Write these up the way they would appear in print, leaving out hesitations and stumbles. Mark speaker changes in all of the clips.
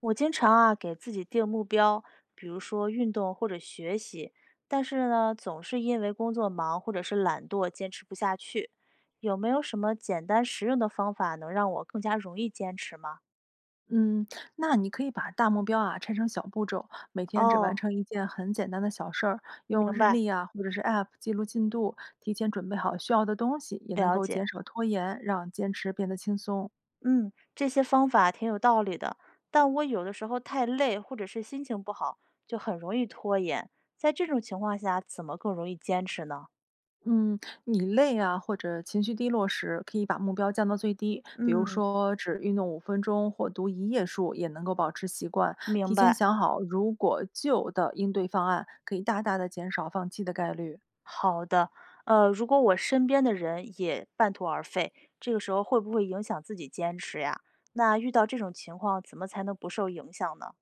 Speaker 1: 我经常啊给自己定目标，比如说运动或者学习，但是呢，总是因为工作忙或者是懒惰，坚持不下去。有没有什么简单实用的方法能让我更加容易坚持吗？
Speaker 2: 嗯，那你可以把大目标啊拆成小步骤，每天只完
Speaker 1: 哦，
Speaker 2: 成一件很简单的小事儿，用
Speaker 1: 明
Speaker 2: 日
Speaker 1: 白，
Speaker 2: 历啊或者是 App 记录进度，提前准备好需要的东西，也能
Speaker 1: 了
Speaker 2: 够
Speaker 1: 解。
Speaker 2: 减少拖延，让坚持变得轻松。
Speaker 1: 嗯，这些方法挺有道理的，但我有的时候太累或者是心情不好，就很容易拖延。在这种情况下，怎么更容易坚持呢？
Speaker 2: 嗯，你累啊或者情绪低落时，可以把目标降到最低，比如
Speaker 1: 嗯，
Speaker 2: 说只运动5分钟或读1页书，也能够保持习惯。
Speaker 1: 明
Speaker 2: 提前
Speaker 1: 白。
Speaker 2: 想好如果就的应对方案，可以大大的减少放弃的概率。
Speaker 1: 好的，如果我身边的人也半途而废，这个时候会不会影响自己坚持呀？那遇到这种情况，怎么才能不受影响呢？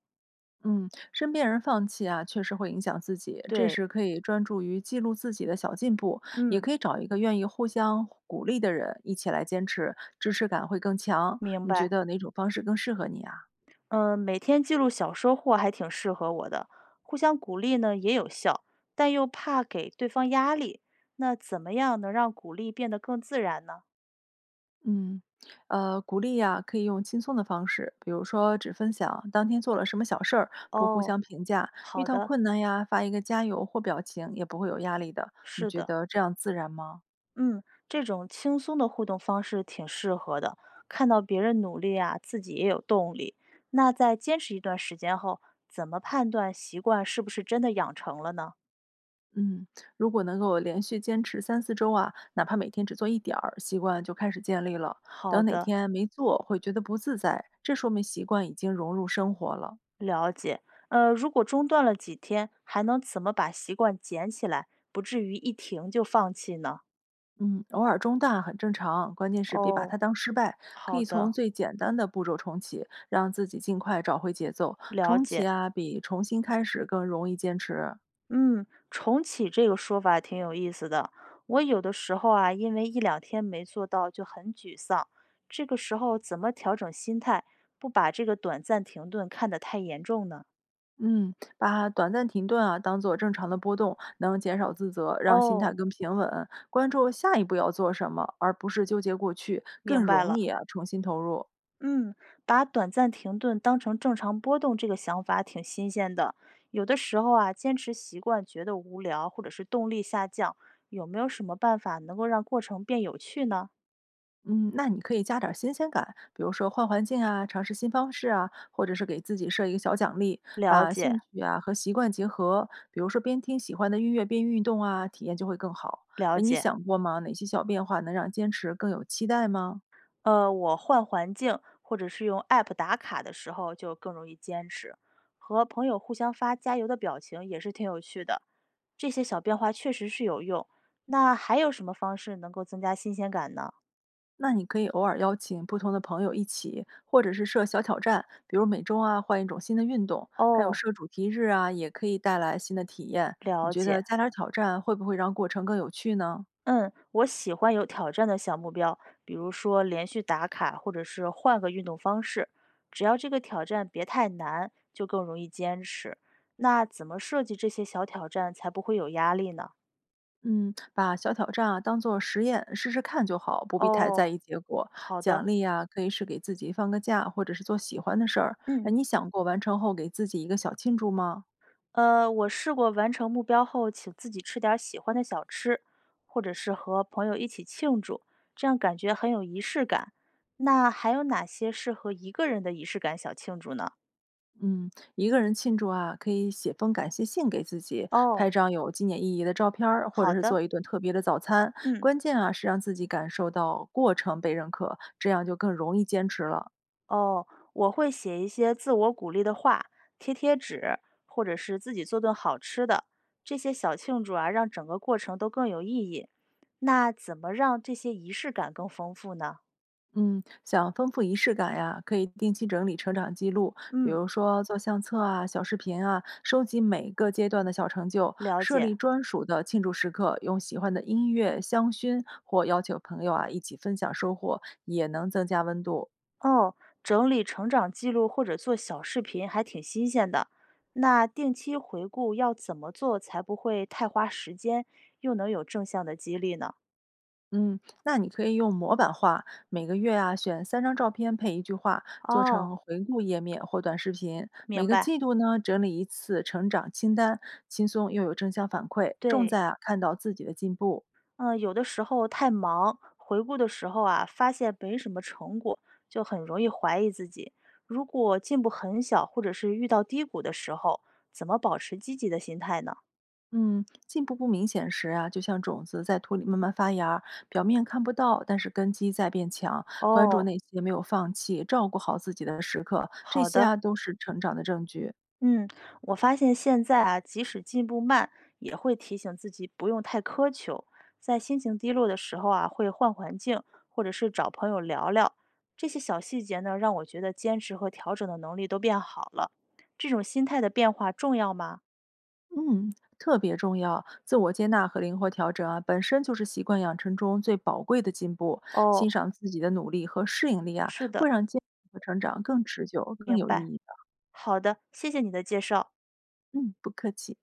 Speaker 2: 嗯，身边人放弃啊，确实会影响自己。这
Speaker 1: 对，
Speaker 2: 时可以专注于记录自己的小进步，也
Speaker 1: 嗯，
Speaker 2: 可以找一个愿意互相鼓励的人一起来坚持，支持感会更强。
Speaker 1: 明
Speaker 2: 你觉
Speaker 1: 白。
Speaker 2: 得哪种方式更适合你啊？
Speaker 1: 嗯，每天记录小收获还挺适合我的，互相鼓励呢也有效，但又怕给对方压力。那怎么样能让鼓励变得更自然呢？
Speaker 2: 嗯，鼓励呀、可以用轻松的方式，比如说只分享当天做了什么小事儿，不互
Speaker 1: 哦，
Speaker 2: 相评价。遇
Speaker 1: 好
Speaker 2: 到
Speaker 1: 的，
Speaker 2: 困难呀，发一个加油或表情，也不会有压力的。你
Speaker 1: 是
Speaker 2: 觉
Speaker 1: 的。
Speaker 2: 得这样自然吗？
Speaker 1: 嗯，这种轻松的互动方式挺适合的。看到别人努力啊，自己也有动力。那在坚持一段时间后，怎么判断习惯是不是真的养成了呢？
Speaker 2: 嗯，如果能够连续坚持3、4周啊，哪怕每天只做一点儿，习惯就开始建立了。
Speaker 1: 好
Speaker 2: 等哪
Speaker 1: 的，
Speaker 2: 天没做，会觉得不自在，这说明习惯已经融入生活了。
Speaker 1: 了解。如果中断了几天，还能怎么把习惯捡起来，不至于一停就放弃呢？
Speaker 2: 嗯，偶尔中断很正常，关键是别把
Speaker 1: 哦，
Speaker 2: 它当失败，可
Speaker 1: 好
Speaker 2: 以从
Speaker 1: 的，
Speaker 2: 最简单的步骤重启，让自己尽快找回节奏。
Speaker 1: 了
Speaker 2: 重启
Speaker 1: 解。
Speaker 2: 啊，比重新开始更容易坚持。
Speaker 1: 嗯，重启这个说法挺有意思的。我有的时候啊，因为一两天没做到就很沮丧，这个时候怎么调整心态，不把这个短暂停顿看得太严重呢？
Speaker 2: 嗯，把短暂停顿啊当做正常的波动，能减少自责，让心
Speaker 1: 哦，
Speaker 2: 态更平稳。关注下一步要做什么，而不是纠结过去，更
Speaker 1: 明白
Speaker 2: 容
Speaker 1: 了。
Speaker 2: 易啊重新投入。
Speaker 1: 嗯，把短暂停顿当成正常波动，这个想法挺新鲜的。有的时候啊，坚持习惯觉得无聊，或者是动力下降，有没有什么办法能够让过程变有趣呢？
Speaker 2: 嗯，那你可以加点儿新鲜感，比如说换环境啊，尝试新方式啊，或者是给自己设一个小奖励，
Speaker 1: 了
Speaker 2: 把
Speaker 1: 解，
Speaker 2: 兴趣啊和习惯结合，比如说边听喜欢的音乐边运动啊，体验就会更好。
Speaker 1: 了
Speaker 2: 哎，你
Speaker 1: 解。
Speaker 2: 想过吗？哪些小变化能让坚持更有期待吗？
Speaker 1: 我换环境或者是用 App 打卡的时候就更容易坚持，和朋友互相发加油的表情也是挺有趣的。这些小变化确实是有用。那还有什么方式能够增加新鲜感呢？
Speaker 2: 那你可以偶尔邀请不同的朋友一起，或者是设小挑战，比如每周啊换一种新的运动，还有
Speaker 1: 哦，
Speaker 2: 设主题日啊，也可以带来新的体验。你
Speaker 1: 了
Speaker 2: 觉
Speaker 1: 解。
Speaker 2: 得加点儿挑战会不会让过程更有趣呢？
Speaker 1: 嗯，我喜欢有挑战的小目标，比如说连续打卡，或者是换个运动方式。只要这个挑战别太难，就更容易坚持。那怎么设计这些小挑战才不会有压力呢？
Speaker 2: 嗯，把小挑战啊当做实验试试看就好，不必太在
Speaker 1: 哦，
Speaker 2: 意结果。
Speaker 1: 好的。
Speaker 2: 奖励啊可以是给自己放个假，或者是做喜欢的事儿。
Speaker 1: 嗯，
Speaker 2: 哎，你想过完成后给自己一个小庆祝吗？
Speaker 1: 我试过完成目标后，请自己吃点儿喜欢的小吃，或者是和朋友一起庆祝，这样感觉很有仪式感。那还有哪些适合一个人的仪式感小庆祝呢？
Speaker 2: 嗯，一个人庆祝啊，可以写封感谢信给自己，
Speaker 1: 哦，
Speaker 2: 拍张有纪念意义的照片儿，或者
Speaker 1: 好
Speaker 2: 是
Speaker 1: 的。
Speaker 2: 做一顿特别的早餐。
Speaker 1: 嗯，
Speaker 2: 关键啊，是让自己感受到过程被认可，这样就更容易坚持了。
Speaker 1: 哦，我会写一些自我鼓励的话，贴贴纸，或者是自己做顿好吃的。这些小庆祝啊，让整个过程都更有意义。那怎么让这些仪式感更丰富呢？
Speaker 2: 嗯，想丰富仪式感呀，可以定期整理成长记录，比
Speaker 1: 嗯。
Speaker 2: 如说做相册啊、小视频啊，收集每个阶段的小成就，
Speaker 1: 了
Speaker 2: 设
Speaker 1: 解。
Speaker 2: 立专属的庆祝时刻，用喜欢的音乐、香薰或邀请朋友啊一起分享收获，也能增加温度。
Speaker 1: 哦，整理成长记录或者做小视频还挺新鲜的。那定期回顾要怎么做才不会太花时间，又能有正向的激励呢？
Speaker 2: 嗯，那你可以用模板化，每个月啊选3张照片配一句话，做
Speaker 1: 哦，
Speaker 2: 成回顾页面或短视频。每
Speaker 1: 明
Speaker 2: 个
Speaker 1: 白。
Speaker 2: 季度呢整理一次成长清单，轻松又有正向反馈，重
Speaker 1: 对，
Speaker 2: 在啊看到自己的进步。
Speaker 1: 嗯，有的时候太忙，回顾的时候啊，发现没什么成果，就很容易怀疑自己。如果进步很小，或者是遇到低谷的时候，怎么保持积极的心态呢？
Speaker 2: 嗯，进步不明显时啊，就像种子在土里慢慢发芽儿表面看不到，但是根基在变强。关注
Speaker 1: 哦，
Speaker 2: 那些没有放弃、照顾好自己的时刻，这
Speaker 1: 好
Speaker 2: 些
Speaker 1: 的。
Speaker 2: 啊都是成长的证据。
Speaker 1: 嗯，我发现现在啊，即使进步慢，也会提醒自己不用太苛求。在心情低落的时候啊，会换环境，或者是找朋友聊聊。这些小细节呢，让我觉得坚持和调整的能力都变好了。这种心态的变化重要吗？
Speaker 2: 嗯，特别重要。自我接纳和灵活调整啊，本身就是习惯养成中最宝贵的进步。欣
Speaker 1: 哦，
Speaker 2: 赏自己的努力和适应力啊，
Speaker 1: 是
Speaker 2: 会
Speaker 1: 的，
Speaker 2: 让进步和成长更持久、更
Speaker 1: 明
Speaker 2: 有意
Speaker 1: 白。
Speaker 2: 义的。
Speaker 1: 好的，谢谢你的介绍。
Speaker 2: 嗯，不客气。